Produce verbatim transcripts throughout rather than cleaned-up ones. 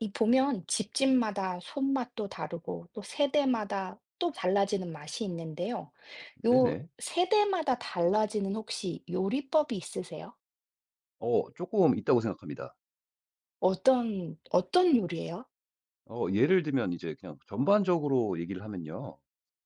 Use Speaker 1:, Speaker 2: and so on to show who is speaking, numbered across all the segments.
Speaker 1: 이 보면 집집마다 손맛도 다르고 또 세대마다 또 달라지는 맛이 있는데요. 요
Speaker 2: 네네.
Speaker 1: 세대마다 달라지는 혹시 요리법이 있으세요?
Speaker 2: 어 조금 있다고 생각합니다.
Speaker 1: 어떤 어떤 요리예요?
Speaker 2: 어 예를 들면 이제 그냥 전반적으로 얘기를 하면요.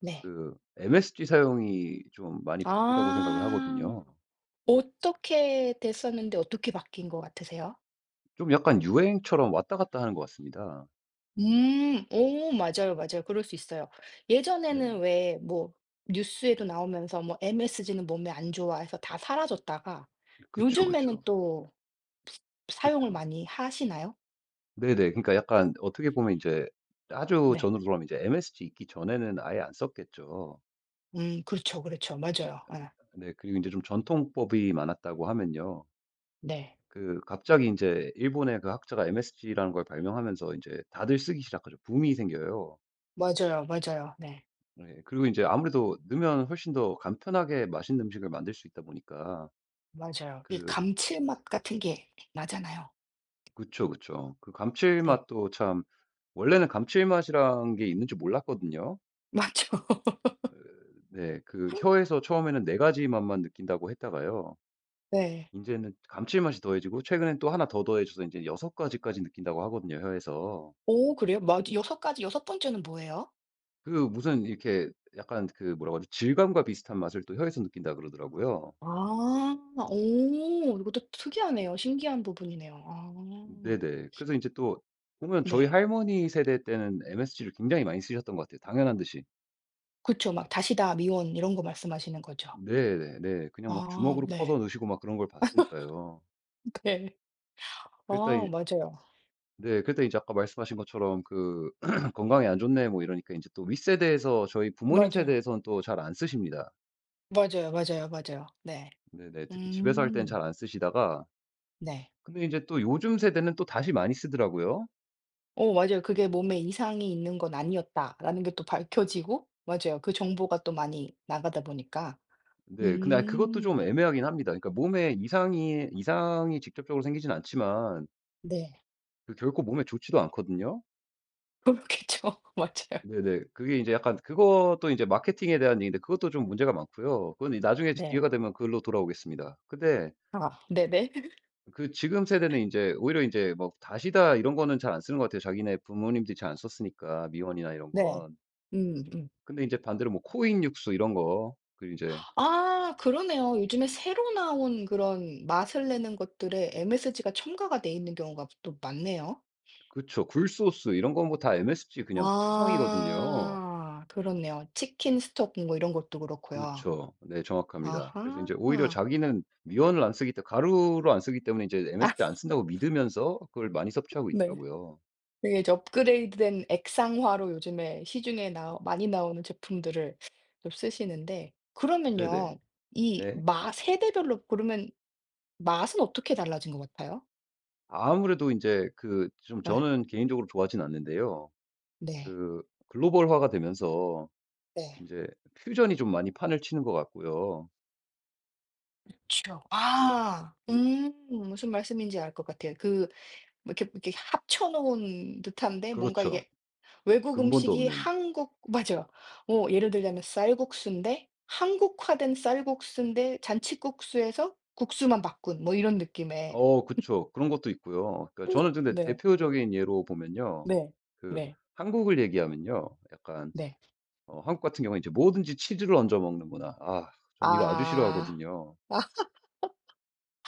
Speaker 1: 네.
Speaker 2: 그 엠에스지 사용이 좀 많이 바뀐다고 생각을
Speaker 1: 아.
Speaker 2: 하거든요.
Speaker 1: 어떻게 됐었는데 어떻게 바뀐 것 같으세요?
Speaker 2: 좀 약간 유행처럼 왔다 갔다 하는 것 같습니다.
Speaker 1: 음. 오 맞아요, 맞아요. 그럴 수 있어요.
Speaker 2: 네네.
Speaker 1: 예전에는 왜 뭐 뉴스에도 나오면서 뭐 엠에스지는 몸에 안 좋아 해서 다 사라졌다가
Speaker 2: 그쵸, 그쵸.
Speaker 1: 요즘에는 또 사용을
Speaker 2: 그쵸.
Speaker 1: 많이 하시나요?
Speaker 2: 네네. 그러니까 약간 어떻게 보면 이제 아주
Speaker 1: 네.
Speaker 2: 전으로 돌아가면 이제 엠에스지 있기 전에는 아예 안 썼겠죠.
Speaker 1: 음 그렇죠, 그렇죠. 맞아요. 예.
Speaker 2: 네. 그리고 이제 좀 전통법이 많았다고 하면요.
Speaker 1: 네.
Speaker 2: 그 갑자기 이제 일본의 그 학자가 엠에스지라는 걸 발명하면서 이제 다들 쓰기 시작하죠. 붐이 생겨요.
Speaker 1: 맞아요, 맞아요. 네.
Speaker 2: 네, 그리고 이제 아무래도 넣으면 훨씬 더 간편하게 맛있는 음식을 만들 수 있다 보니까
Speaker 1: 맞아요. 이
Speaker 2: 그
Speaker 1: 감칠맛 같은 게 나잖아요.
Speaker 2: 그쵸, 그쵸. 그
Speaker 1: 네.
Speaker 2: 감칠맛도 참 원래는 감칠맛이란 게 있는 줄 몰랐거든요.
Speaker 1: 맞죠.
Speaker 2: 어 네. 그 혀에서 처음에는 네 가지 맛만 느낀다고 했다가요.
Speaker 1: 네.
Speaker 2: 인제는 감칠맛이 더해지고 최근엔 또 하나 더 더해져서 인제 여섯 가지까지 느낀다고 하거든요, 혀에서.
Speaker 1: 오 그래요? 맞 여섯 가지 여섯 번째는 뭐예요?
Speaker 2: 그 무슨 이렇게 약간 그 뭐라고 하죠? 질감과 비슷한 맛을 또 혀에서 느낀다 그러더라고요.
Speaker 1: 아. 오 이것도 특이하네요. 신기한 부분이네요. 아.
Speaker 2: 네네. 그래서 인제 또 보면 저희
Speaker 1: 네.
Speaker 2: 할머니 세대 때는 엠에스지를 굉장히 많이 쓰셨던 것 같아요, 당연한 듯이.
Speaker 1: 그쵸. 막 다시다, 미원 이런 거 말씀하시는 거죠?
Speaker 2: 네네 네. 그냥 막
Speaker 1: 아
Speaker 2: 주먹으로 퍼서
Speaker 1: 네.
Speaker 2: 넣으시고 막 그런 걸 봤으니까요.
Speaker 1: 네. 아
Speaker 2: 그랬더니
Speaker 1: 맞아요.
Speaker 2: 네 그랬더니 이제 아까 말씀하신 것처럼 그 "건강에 안 좋네." 뭐 이러니까 인제 또 윗세대에서 저희 부모님
Speaker 1: 맞아요.
Speaker 2: 세대에서는 또 잘 안 쓰십니다.
Speaker 1: 맞아요, 맞아요, 맞아요. 네.
Speaker 2: 네네. 특히 집에서 할 때는
Speaker 1: 음.
Speaker 2: 잘 안 쓰시다가
Speaker 1: 네.
Speaker 2: 근데 인제 또 요즘 세대는 또 다시 많이 쓰더라고요.
Speaker 1: 어 맞아요. 그게 '몸에 이상이 있는 건 아니었다.'라는 게 또 밝혀지고 맞아요. 그 정보가 또 많이 나가다 보니까.
Speaker 2: 네. 근데 아 그것도 좀
Speaker 1: 음.
Speaker 2: 애매하긴 합니다. 그러니까 몸에 이상이 이상이 직접적으로 생기진 않지만
Speaker 1: 네.
Speaker 2: 그 결코 몸에 좋지도 않거든요.
Speaker 1: 그렇겠죠. 맞아요.
Speaker 2: 네네. 그게 이제 약간 그것도 이제 마케팅에 대한 얘기인데 그것도 좀 문제가 많고요. 그건 이 나중에
Speaker 1: 네.
Speaker 2: 기회가 되면 그걸로 돌아오겠습니다. 근데
Speaker 1: 아 네네.
Speaker 2: 그 지금 세대는 이제 오히려 이제 뭐 다시다 이런 거는 잘 안 쓰는 것 같아요. 자기네 부모님들이 잘 안 썼으니까 미원이나 이런
Speaker 1: 네.
Speaker 2: 건.
Speaker 1: 음 음.
Speaker 2: 근데 이제 반대로 뭐 코인 육수 이런 거 그리고 제
Speaker 1: 아 그러네요. 요즘에 새로 나온 그런 맛을 내는 것들에 엠에스지가 첨가가 돼 있는 경우가 또 많네요.
Speaker 2: 그쵸. 굴소스 이런 건 뭐 다 엠에스지 그냥 투성이거든요.
Speaker 1: 아 그렇네요. 치킨 스톡 뭐 이런 것도 그렇고요.
Speaker 2: 그쵸. 네 정확합니다. 그래서
Speaker 1: 아하.
Speaker 2: 인제 오히려
Speaker 1: 아.
Speaker 2: 자기는 미원을 안 쓰기 때 가루로 안 쓰기 때문에 인제 엠에스지 안 쓴다고 믿으면서 그걸 많이 섭취하고
Speaker 1: 네.
Speaker 2: 있더라고요.
Speaker 1: 그게 이제 업그레이드된 액상화로 요즘에 시중에 나 많이 나오는 제품들을 좀 쓰시는데
Speaker 2: 네네.
Speaker 1: 그러면요. 이
Speaker 2: 네.
Speaker 1: 맛 세대별로 고르면 맛은 어떻게 달라진 것 같아요?
Speaker 2: 아무래도 인제 그 좀
Speaker 1: 예.
Speaker 2: 저는 개인적으로 좋아하진 않는데요.
Speaker 1: 네.
Speaker 2: 그 글로벌화가 되면서
Speaker 1: 네.
Speaker 2: 인제 퓨전이 좀 많이 판을 치는 것 같고요.
Speaker 1: 추억. 아. 음. 무슨 말씀인지 알 것 같아요. 그 뭐 이렇게, 이렇게 합쳐 놓은 듯한데 뭔가
Speaker 2: 그렇죠.
Speaker 1: 이게 외국
Speaker 2: 근본도
Speaker 1: 음식이
Speaker 2: 없는.
Speaker 1: 한국 맞아요. 어 예를 들자면 쌀국수인데 한국화된 쌀국수인데 잔치국수에서 국수만 바꾼 뭐 이런 느낌의
Speaker 2: 어 그쵸. 그런 것도 있고요. 그러니까 저는 근데
Speaker 1: 네.
Speaker 2: 대표적인 예로 보면요.
Speaker 1: 네.
Speaker 2: 그
Speaker 1: 네.
Speaker 2: 한국을 얘기하면요. 약간
Speaker 1: 네.
Speaker 2: 어 한국 같은 경우는 이제 뭐든지 치즈를 얹어 먹는 문화. 아 저는 이거 아주
Speaker 1: 아.
Speaker 2: 싫어하거든요.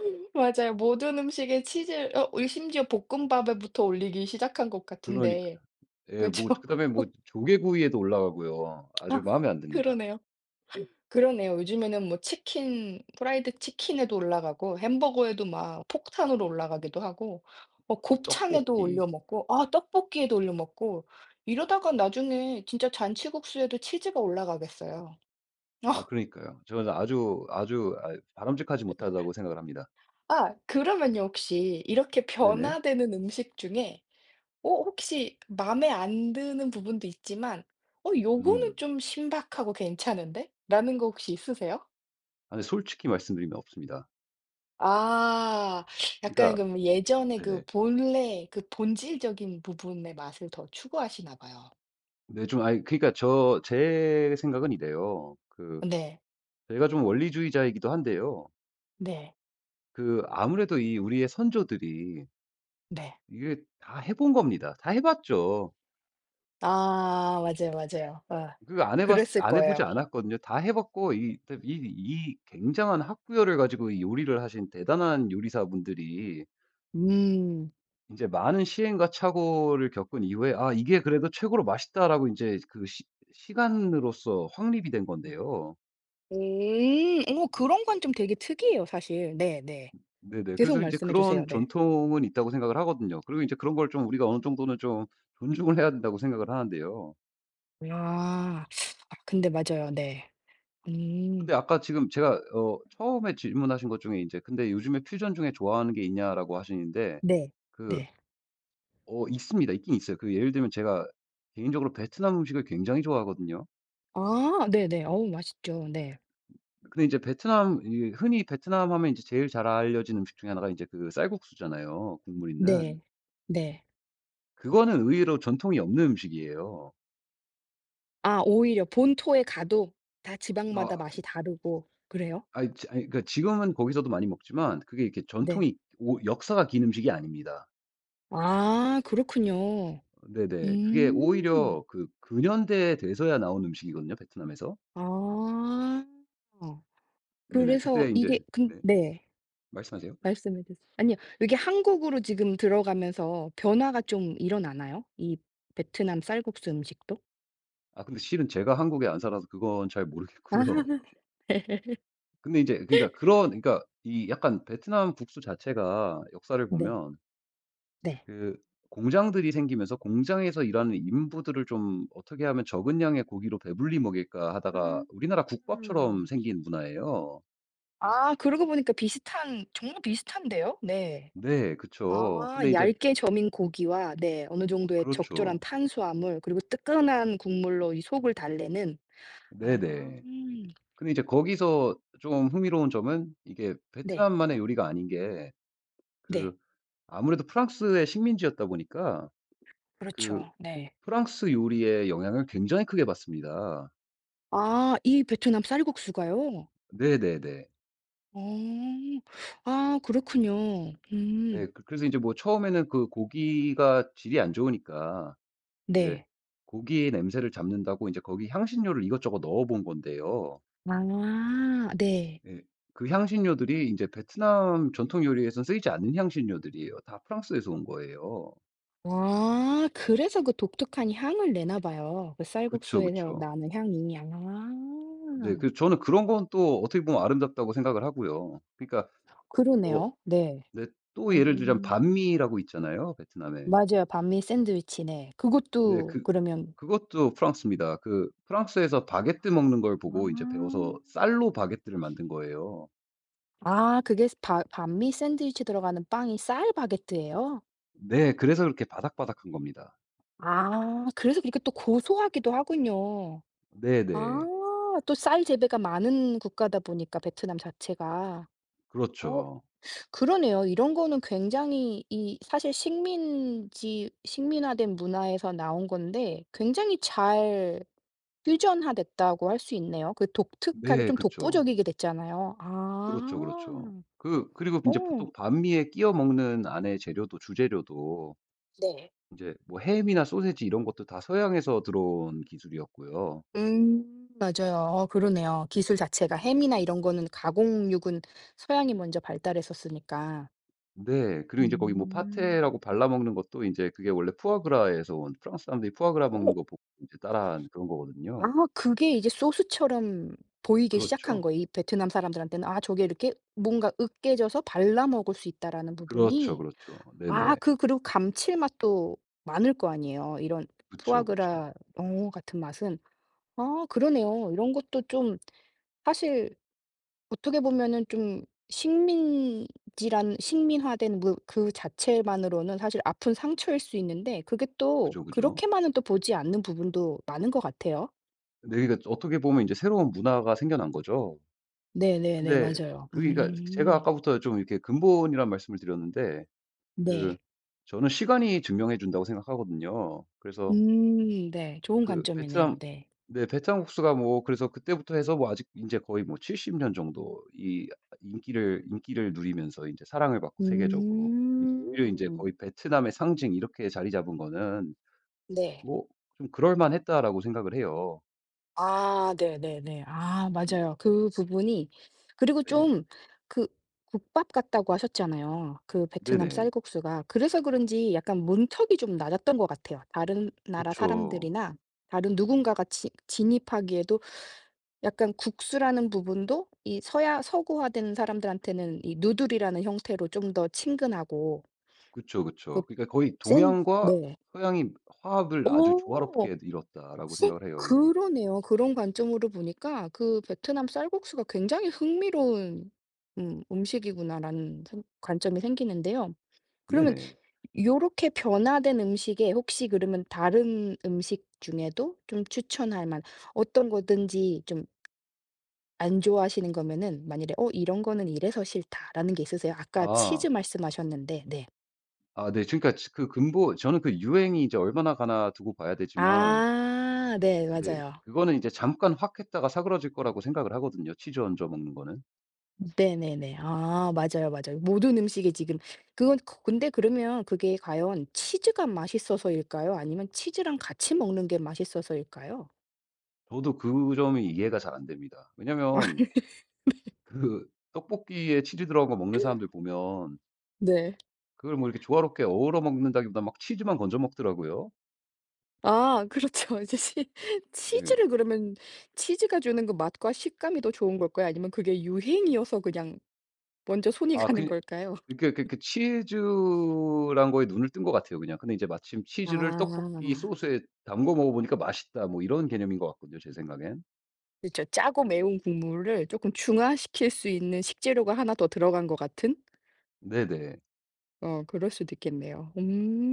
Speaker 1: 맞아요. 모든 음식에 치즈 어 심지어 볶음밥에부터 올리기 시작한 것
Speaker 2: 그러니까
Speaker 1: 같은데.
Speaker 2: 예 뭐
Speaker 1: 그죠?
Speaker 2: 그다음에 뭐 조개구이에도 올라가고요. 아주 마음에 안 듭니다.
Speaker 1: 그러네요. 그러네요. 요즘에는 뭐 치킨 프라이드 치킨에도 올라가고 햄버거에도 막 폭탄으로 올라가기도 하고 어
Speaker 2: 그죠.
Speaker 1: 곱창에도
Speaker 2: 떡볶이.
Speaker 1: 올려 먹고 아 떡볶이에도 올려 먹고 이러다가 나중에 진짜 잔치국수에도 치즈가 올라가겠어요. 어
Speaker 2: 아 그러니까요. 저는 아주, 아주 아 바람직하지 못하다고 생각을 합니다.
Speaker 1: 아 그러면요 혹시 이렇게
Speaker 2: 네네.
Speaker 1: 변화되는 음식 중에 어 혹시 맘에 안 드는 부분도 있지만 '어 요거는
Speaker 2: 음.
Speaker 1: 좀 신박하고 괜찮은데?'라는 거 혹시 있으세요?
Speaker 2: 아근 솔직히 말씀드리면 없습니다.
Speaker 1: 아. 약간
Speaker 2: 그러니까
Speaker 1: 그럼 예전에 그
Speaker 2: 네네.
Speaker 1: 본래 그 본질적인 부분의 맛을 더 추구하시나 봐요.
Speaker 2: 네 좀아 그러니까 저 제 생각은 이래요. 그
Speaker 1: 네.
Speaker 2: 제가 좀 원리주의자이기도 한데요.
Speaker 1: 네.
Speaker 2: 그 아무래도 이 우리의 선조들이
Speaker 1: 네.
Speaker 2: 이게 다 해본 겁니다. 다 해 봤죠.
Speaker 1: 아 맞아요, 맞아요. 어.
Speaker 2: 그 안 해봤
Speaker 1: 그랬을
Speaker 2: 안 해 보지
Speaker 1: 거예요.
Speaker 2: 않았거든요. 다 해 봤고 이 이 이 굉장한 학구열을 가지고 이 요리를 하신 대단한 요리사분들이
Speaker 1: 음.
Speaker 2: 이제 많은 시행과 착오를 겪은 이후에 '아 이게 그래도 최고로 맛있다.'라고 이제 그 시 시간으로서 확립이 된 건데요.
Speaker 1: 음. 어
Speaker 2: 네.
Speaker 1: 그런 건 좀 되게 특이해요 사실. 네네.
Speaker 2: 네네.
Speaker 1: 계속
Speaker 2: 그래서 이제
Speaker 1: 말씀해 주세요.
Speaker 2: 그런
Speaker 1: 네.
Speaker 2: 전통은 있다고 생각을 하거든요. 그리고 이제 그런 걸 좀 우리가 어느 정도는 좀 존중을 해야 된다고 생각을 하는데요.
Speaker 1: 아. 아 근데 맞아요. 네. 음.
Speaker 2: 근데 아까 지금 제가 어 처음에 질문하신 것 중에 인제 "근데 요즘에 퓨전 중에 좋아하는 게 있냐?"라고 하시는데
Speaker 1: 네.
Speaker 2: 그
Speaker 1: 네.
Speaker 2: 어 있습니다. 있긴 있어요. 그 예를 들면 제가 개인적으로 베트남 음식을 굉장히 좋아하거든요.
Speaker 1: 아 네네. 어우 맛있죠. 네.
Speaker 2: 근데 이제 베트남 이 흔히 베트남 하면 이제 제일 잘 알려진 음식 중에 하나가 인제 그 쌀국수잖아요, 국물 있는.
Speaker 1: 네. 네.
Speaker 2: 그거는 의외로 전통이 없는 음식이에요.
Speaker 1: 아 오히려 본토에 가도 다 지방마다
Speaker 2: 아
Speaker 1: 맛이 다르고 그래요?
Speaker 2: 아이 지 아이 그러니까 지금은 거기서도 많이 먹지만 그게 이렇게
Speaker 1: 네.
Speaker 2: 전통이 오 역사가 긴 음식이 아닙니다.
Speaker 1: 아 그렇군요.
Speaker 2: 네네. 그게
Speaker 1: 음.
Speaker 2: 오히려 그 근현대에 돼서야 나온 음식이거든요 베트남에서.
Speaker 1: 아.
Speaker 2: 네네.
Speaker 1: 그래서
Speaker 2: 그때
Speaker 1: 이게
Speaker 2: 인제
Speaker 1: 근
Speaker 2: 네.
Speaker 1: 네.
Speaker 2: 말씀하세요.
Speaker 1: 말씀해 주세요. 아니요. 이게 한국으로 지금 들어가면서 변화가 좀 일어나나요? 이 베트남 쌀국수 음식도?
Speaker 2: 아 근데 실은 제가 한국에 안 살아서 그건 잘
Speaker 1: 아
Speaker 2: 모르겠고요. 근데 이제 그러니까 그런 그러니까 이 약간 베트남 국수 자체가 역사를
Speaker 1: 네.
Speaker 2: 보면
Speaker 1: 네.
Speaker 2: 그 공장들이 생기면서 공장에서 일하는 인부들을 좀 어떻게 하면 적은 양의 고기로 배불리 먹일까 하다가
Speaker 1: 네.
Speaker 2: 우리나라 국밥처럼
Speaker 1: 아.
Speaker 2: 생긴 문화예요.
Speaker 1: 아 그러고 보니까 비슷한 정말 비슷한데요? 네.
Speaker 2: 네.
Speaker 1: 아
Speaker 2: 그쵸. 근데 이제
Speaker 1: 얇게 저민 고기와 네 어느 정도의 적절한
Speaker 2: 그렇죠.
Speaker 1: 탄수화물 그리고 뜨끈한 국물로 이 속을 달래는 아
Speaker 2: 네네.
Speaker 1: 음.
Speaker 2: 근데 이제 거기서 좀 흥미로운 점은 이게
Speaker 1: 네.
Speaker 2: 베트남만의 요리가 아닌 게
Speaker 1: 네.
Speaker 2: 그 아무래도 프랑스의 식민지였다 보니까 그
Speaker 1: 그렇죠. 네.
Speaker 2: 프랑스 요리의 영향을 굉장히 크게 받습니다.
Speaker 1: 아 이 베트남 쌀국수가요?
Speaker 2: 네네네.
Speaker 1: 어. 아 그렇군요.
Speaker 2: 네.
Speaker 1: 음.
Speaker 2: 그 그래서 이제 뭐 처음에는 그 고기가 질이 안 좋으니까 이제
Speaker 1: 네.
Speaker 2: 고기의 냄새를 잡는다고 이제 거기 향신료를 이것저것 넣어 본 건데요.
Speaker 1: 아 네.
Speaker 2: 예. 그 향신료들이 이제 베트남 전통 요리에선 쓰이지 않는 향신료들이에요. 다 프랑스에서 온 거예요.
Speaker 1: 아 그래서 그 독특한 향을 내나 봐요. 그
Speaker 2: 그쵸,
Speaker 1: 쌀국수에서
Speaker 2: 그쵸.
Speaker 1: 나는 향이.
Speaker 2: 네. 그
Speaker 1: 아
Speaker 2: 저는 그런 건 또 어떻게 보면 아름답다고 생각을 하고요. 그러니까 어
Speaker 1: 그러네요. 네.
Speaker 2: 네 또 예를 들자면
Speaker 1: 음.
Speaker 2: 반미라고 있잖아요, 베트남에.
Speaker 1: 맞아요. 반미 샌드위치네.
Speaker 2: 네.
Speaker 1: 그것도
Speaker 2: 그
Speaker 1: 그러면
Speaker 2: 그것도 프랑스입니다. 그 프랑스에서 바게트 먹는 걸 보고 이제
Speaker 1: 아.
Speaker 2: 배워서 쌀로 바게트를 만든 거예요.
Speaker 1: 아 그게 스 바 반미 샌드위치 들어가는 빵이 쌀 바게트예요?
Speaker 2: 네. 그래서 그렇게 바삭바삭한 겁니다.
Speaker 1: 아 그래서 그렇게 또 고소하기도 하군요. 아
Speaker 2: 네네.
Speaker 1: 또 쌀 재배가 많은 국가다 보니까 베트남 자체가. 어
Speaker 2: 그렇죠.
Speaker 1: 그러네요. 이런 거는 굉장히 이 사실 식민지 식민화된 문화에서 나온 건데 굉장히 잘 퓨전화됐다고 할 수 있네요. 그 독특하게
Speaker 2: 네.
Speaker 1: 좀
Speaker 2: 그쵸.
Speaker 1: 독보적이게 됐잖아요.
Speaker 2: 그렇죠,
Speaker 1: 아.
Speaker 2: 그렇죠. 그 그리고 이제
Speaker 1: 어
Speaker 2: 보통 반미에 끼워 먹는 안에 재료도 주재료도
Speaker 1: 네.
Speaker 2: 이제 뭐 햄이나 소시지 이런 것도 다 서양에서 들어온 기술이었고요.
Speaker 1: 음 맞아요. 어 그러네요. 기술 자체가 햄이나 이런 거는 가공육은 서양이 먼저 발달했었으니까.
Speaker 2: 네. 그리고 인제 거기 뭐
Speaker 1: 음.
Speaker 2: 파테라고 발라 먹는 것도 인제 그게 원래 푸아그라에서 온 프랑스 사람들이 푸아그라 먹는
Speaker 1: 어
Speaker 2: 거 보고 인제 따라한 그런
Speaker 1: 아
Speaker 2: 거거든요.
Speaker 1: 그게 이제 소스처럼 보이기 시작한
Speaker 2: 그렇죠.
Speaker 1: 거예요. 이 베트남 사람들한테는 '아 저게 이렇게 뭔가 으깨져서 발라 먹을 수 있다.'라는
Speaker 2: 그렇죠,
Speaker 1: 부분이
Speaker 2: 그렇죠.
Speaker 1: 아
Speaker 2: 네네.
Speaker 1: 그 그리고 감칠맛도 많을 거 아니에요. 이런
Speaker 2: 그쵸, 그쵸.
Speaker 1: 푸아그라 어 같은 맛은. 아 그러네요. 이런 것도 좀 사실 어떻게 보면은 좀 식민지란 식민화된 무 그 자체만으로는 사실 아픈 상처일 수 있는데 그게 또
Speaker 2: 그죠, 그죠.
Speaker 1: 그렇게만은 또 보지 않는 부분도 많은 것 같아요.
Speaker 2: 네 그러니까 어떻게 보면 인제 새로운 문화가 생겨난 거죠.
Speaker 1: 네네네.
Speaker 2: 근데
Speaker 1: 맞아요.
Speaker 2: 그게 그러니까 제가
Speaker 1: 음.
Speaker 2: 아까부터 좀 이렇게 근본이란 말씀을 드렸는데 그
Speaker 1: 네.
Speaker 2: 저는 시간이 증명해 준다고 생각하거든요. 그래서
Speaker 1: 음 네. 좋은
Speaker 2: 그
Speaker 1: 관점이네요.
Speaker 2: 베트남
Speaker 1: 네.
Speaker 2: 네 베트남국수가 뭐 그래서 그때부터 해서 뭐 아직 인제 거의 뭐 칠십 년 정도 이 인기를 인기를 누리면서 인제 사랑을 받고 세계적으로 이 오히려 인제
Speaker 1: 음.
Speaker 2: 거의 '베트남의 상징' 이렇게 자리 잡은 거는
Speaker 1: 네.
Speaker 2: 뭐 좀 '그럴 만했다.'라고 생각을 해요.
Speaker 1: 아 네네네. 아
Speaker 2: 음
Speaker 1: 맞아요. 그 부분이 그리고
Speaker 2: 네네.
Speaker 1: 좀 그 국밥 같다고 하셨잖아요. 그 베트남
Speaker 2: 네네.
Speaker 1: 쌀국수가. 그래서 그런지 약간 문턱이 좀 낮았던 것 같아요. 다른 나라
Speaker 2: 그쵸.
Speaker 1: 사람들이나 다른 누군가가 치 진입하기에도 약간 국수라는 부분도 이 서야 서구화된 사람들한테는 이 누들이라는 형태로 좀 더 친근하고
Speaker 2: 그쵸,
Speaker 1: 그
Speaker 2: 그쵸. 그러니까 거의
Speaker 1: 센
Speaker 2: '동양과
Speaker 1: 네.
Speaker 2: 서양이 화합을 아주
Speaker 1: 오.
Speaker 2: 조화롭게 이뤘다.'라고
Speaker 1: 혹시?
Speaker 2: 생각을 해요, 요기
Speaker 1: 그러네요. 그런 관점으로 보니까 '그 베트남 쌀국수가 굉장히 흥미로운 음 음식이구나.'라는 생 관점이 생기는데요. 그러면
Speaker 2: 네네.
Speaker 1: 이렇게 변화된 음식에 혹시 그러면 다른 음식 중에도 좀 추천할 만한 어떤 거든지 좀 안 좋아하시는 거면은 만일에 '어 이런 거는 이래서 싫다.'라는 게 있으세요? 아까 치즈
Speaker 2: 아.
Speaker 1: 말씀하셨는데 네.
Speaker 2: 아 네. 그러니까 지 그 근본 저는 그 유행이 이제 얼마나 가나 두고 봐야 되지만
Speaker 1: 아 네
Speaker 2: 네
Speaker 1: 맞아요.
Speaker 2: 그거는 이제 잠깐 확 했다가 사그러질 거라고 생각을 하거든요, 치즈 얹어 먹는 거는.
Speaker 1: 네네네. 아 맞아요, 맞아요. 모든 음식에 지금 그건 그 근데 그러면 그게 과연 치즈가 맛있어서일까요? 아니면 치즈랑 같이 먹는 게 맛있어서일까요?
Speaker 2: 저도 그 점이 이해가 잘 안 됩니다. 왜냐면 그 떡볶이에 치즈 들어간 거 먹는 사람들 보면
Speaker 1: 네.
Speaker 2: 그걸 뭐 이렇게 조화롭게 어우러 먹는다기보다 막 치즈만 건져 먹더라고요.
Speaker 1: 아 그렇죠. 이제 치
Speaker 2: 예.
Speaker 1: 치즈를 그러면 치즈가 주는 그 맛과 식감이 더 좋은 걸까요? 아니면 그게 유행이어서 그냥 먼저 손이
Speaker 2: 아
Speaker 1: 가는
Speaker 2: 그냥
Speaker 1: 걸까요?
Speaker 2: 이렇게 그 그 치즈란 거에 눈을 뜬 것 같아요, 그냥. 근데 이제 마침 치즈를 떡볶이
Speaker 1: 아.
Speaker 2: 소스에 담궈 먹어 보니까 맛있다 뭐 이런 개념인 것 같거든요, 제 생각엔.
Speaker 1: 그렇죠 짜고 매운 국물을 조금 중화시킬 수 있는 식재료가 하나 더 들어간 것 같은?
Speaker 2: 네네.
Speaker 1: 어 그럴 수도 있겠네요.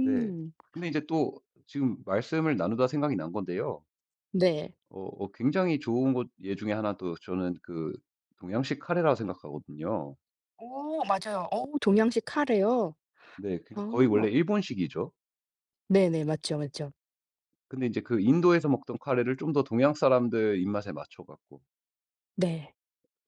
Speaker 2: 네. 근데 이제 또 지금 말씀을 나누다 생각이 난 건데요.
Speaker 1: 네.
Speaker 2: 어 어 굉장히 좋은 곳 예 중에 하나 또 저는 그 동양식 카레라고 생각하거든요.
Speaker 1: 오 맞아요. 어. 어 동양식 카레요?
Speaker 2: 네. 그러니까
Speaker 1: 아.
Speaker 2: 거의 원래 일본식이죠.
Speaker 1: 네네. 맞죠, 맞죠.
Speaker 2: 근데 이제 그 인도에서 먹던 카레를 좀 더 동양 사람들 입맛에 맞춰 갖고
Speaker 1: 네.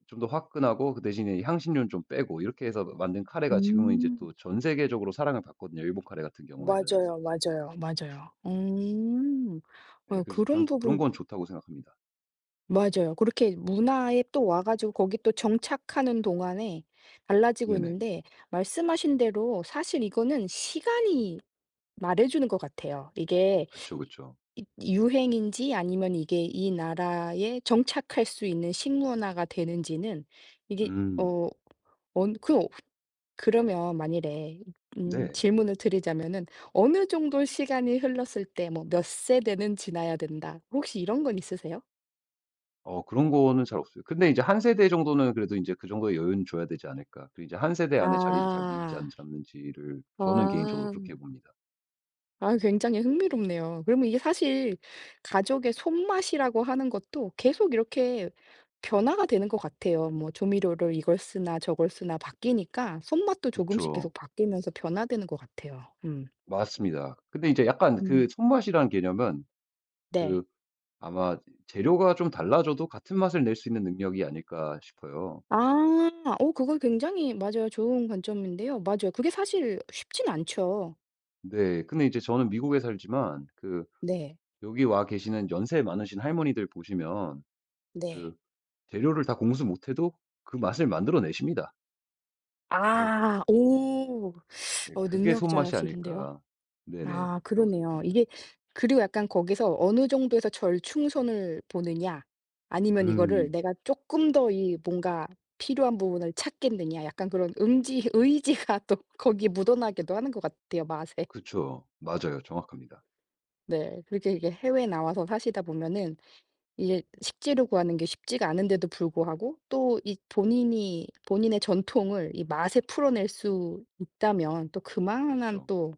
Speaker 2: 좀 더 화끈하고 그 대신에 향신료는 좀 빼고 이렇게 해서 만든 카레가 지금은 이제
Speaker 1: 음.
Speaker 2: 또 전 세계적으로 사랑을 받거든요, 일본 카레 같은 경우에는.
Speaker 1: 맞아요, 맞아요, 맞아요. 음.
Speaker 2: 네
Speaker 1: 어
Speaker 2: 그래서 저는
Speaker 1: 그런
Speaker 2: 또 그런
Speaker 1: 부분
Speaker 2: 건 좋다고 생각합니다.
Speaker 1: 맞아요. 그렇게 문화에 또 와 가지고 거기 또 정착하는 동안에 달라지고
Speaker 2: 네네.
Speaker 1: 있는데 말씀하신 대로 사실 이거는 시간이 말해 주는 것 같아요. 이게
Speaker 2: 그쵸, 그쵸.
Speaker 1: 이 유행인지 아니면 이게 이 나라에 정착할 수 있는 식문화가 되는지는 이게
Speaker 2: 음.
Speaker 1: 어 언 그 그러면 만일에 음
Speaker 2: 네.
Speaker 1: 질문을 드리자면은 "어느 정도 시간이 흘렀을 때 뭐 몇 세대는 지나야 된다." 혹시 이런 건 있으세요?
Speaker 2: 어 그런 거는 잘 없어요. 근데 이제 한 세대 정도는 그래도 인제 그 정도의 여유는 줘야 되지 않을까. 그 이제 한 세대 안에 자리를 잡는지 안
Speaker 1: 아.
Speaker 2: 잡는지를 저는 개인적으로 그렇게
Speaker 1: 아.
Speaker 2: 봅니다.
Speaker 1: 아 굉장히 흥미롭네요. 그러면 이게 사실 가족의 손맛이라고 하는 것도 계속 이렇게 변화가 되는 것 같아요. 뭐 조미료를 이걸 쓰나 저걸 쓰나 바뀌니까 손맛도 조금씩 계속
Speaker 2: 그쵸.
Speaker 1: 바뀌면서 변화되는 것 같아요. 음.
Speaker 2: 맞습니다. 근데 이제 약간 그
Speaker 1: 음.
Speaker 2: 손맛이라는 개념은 그
Speaker 1: 네.
Speaker 2: 아마 재료가 좀 달라져도 같은 맛을 낼 수 있는 능력이 아닐까 싶어요.
Speaker 1: 아. 어 그거 굉장히 맞아요. 좋은 관점인데요. 맞아요. 그게 사실 쉽진 않죠.
Speaker 2: 네. 근데 이제 저는 미국에 살지만 그
Speaker 1: 네.
Speaker 2: 여기 와 계시는 연세 많으신 할머니들 보시면
Speaker 1: 네.
Speaker 2: 그 재료를 다 공수 못해도 그 맛을 만들어 내십니다. 그래서
Speaker 1: 아. 오.
Speaker 2: 네.
Speaker 1: 어
Speaker 2: 그게 손맛이
Speaker 1: 능력자시긴데요.
Speaker 2: 아닐까. 네네.
Speaker 1: 아
Speaker 2: 라고
Speaker 1: 그러네요.
Speaker 2: 생각합니다.
Speaker 1: 이게 그리고 약간 거기서 어느 정도에서 절충선을 보느냐 아니면 이거를
Speaker 2: 음.
Speaker 1: 내가 조금 더 이 뭔가 필요한 부분을 찾겠느냐 약간 그런 음지 의지가 또 거기에 묻어나기도 하는 것 같아요 맛에.
Speaker 2: 그쵸. 맞아요. 정확합니다.
Speaker 1: 네. 그렇게 이게 해외 나와서 사시다 보면은 이게 식재료 구하는 게 쉽지가 않은데도 불구하고 또 이 본인이 본인의 전통을 이 맛에 풀어낼 수 있다면 또 그만한
Speaker 2: 그쵸.
Speaker 1: 또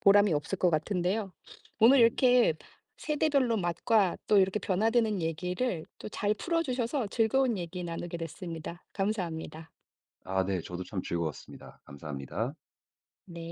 Speaker 1: 보람이 없을 것 같은데요. 오늘
Speaker 2: 네네.
Speaker 1: 이렇게 세대별로 맛과 또 이렇게 변화되는 얘기를 또 잘 풀어 주셔서 즐거운 얘기 나누게 됐습니다. 감사합니다.
Speaker 2: 아 네. 저도 참 즐거웠습니다. 감사합니다.
Speaker 1: 네.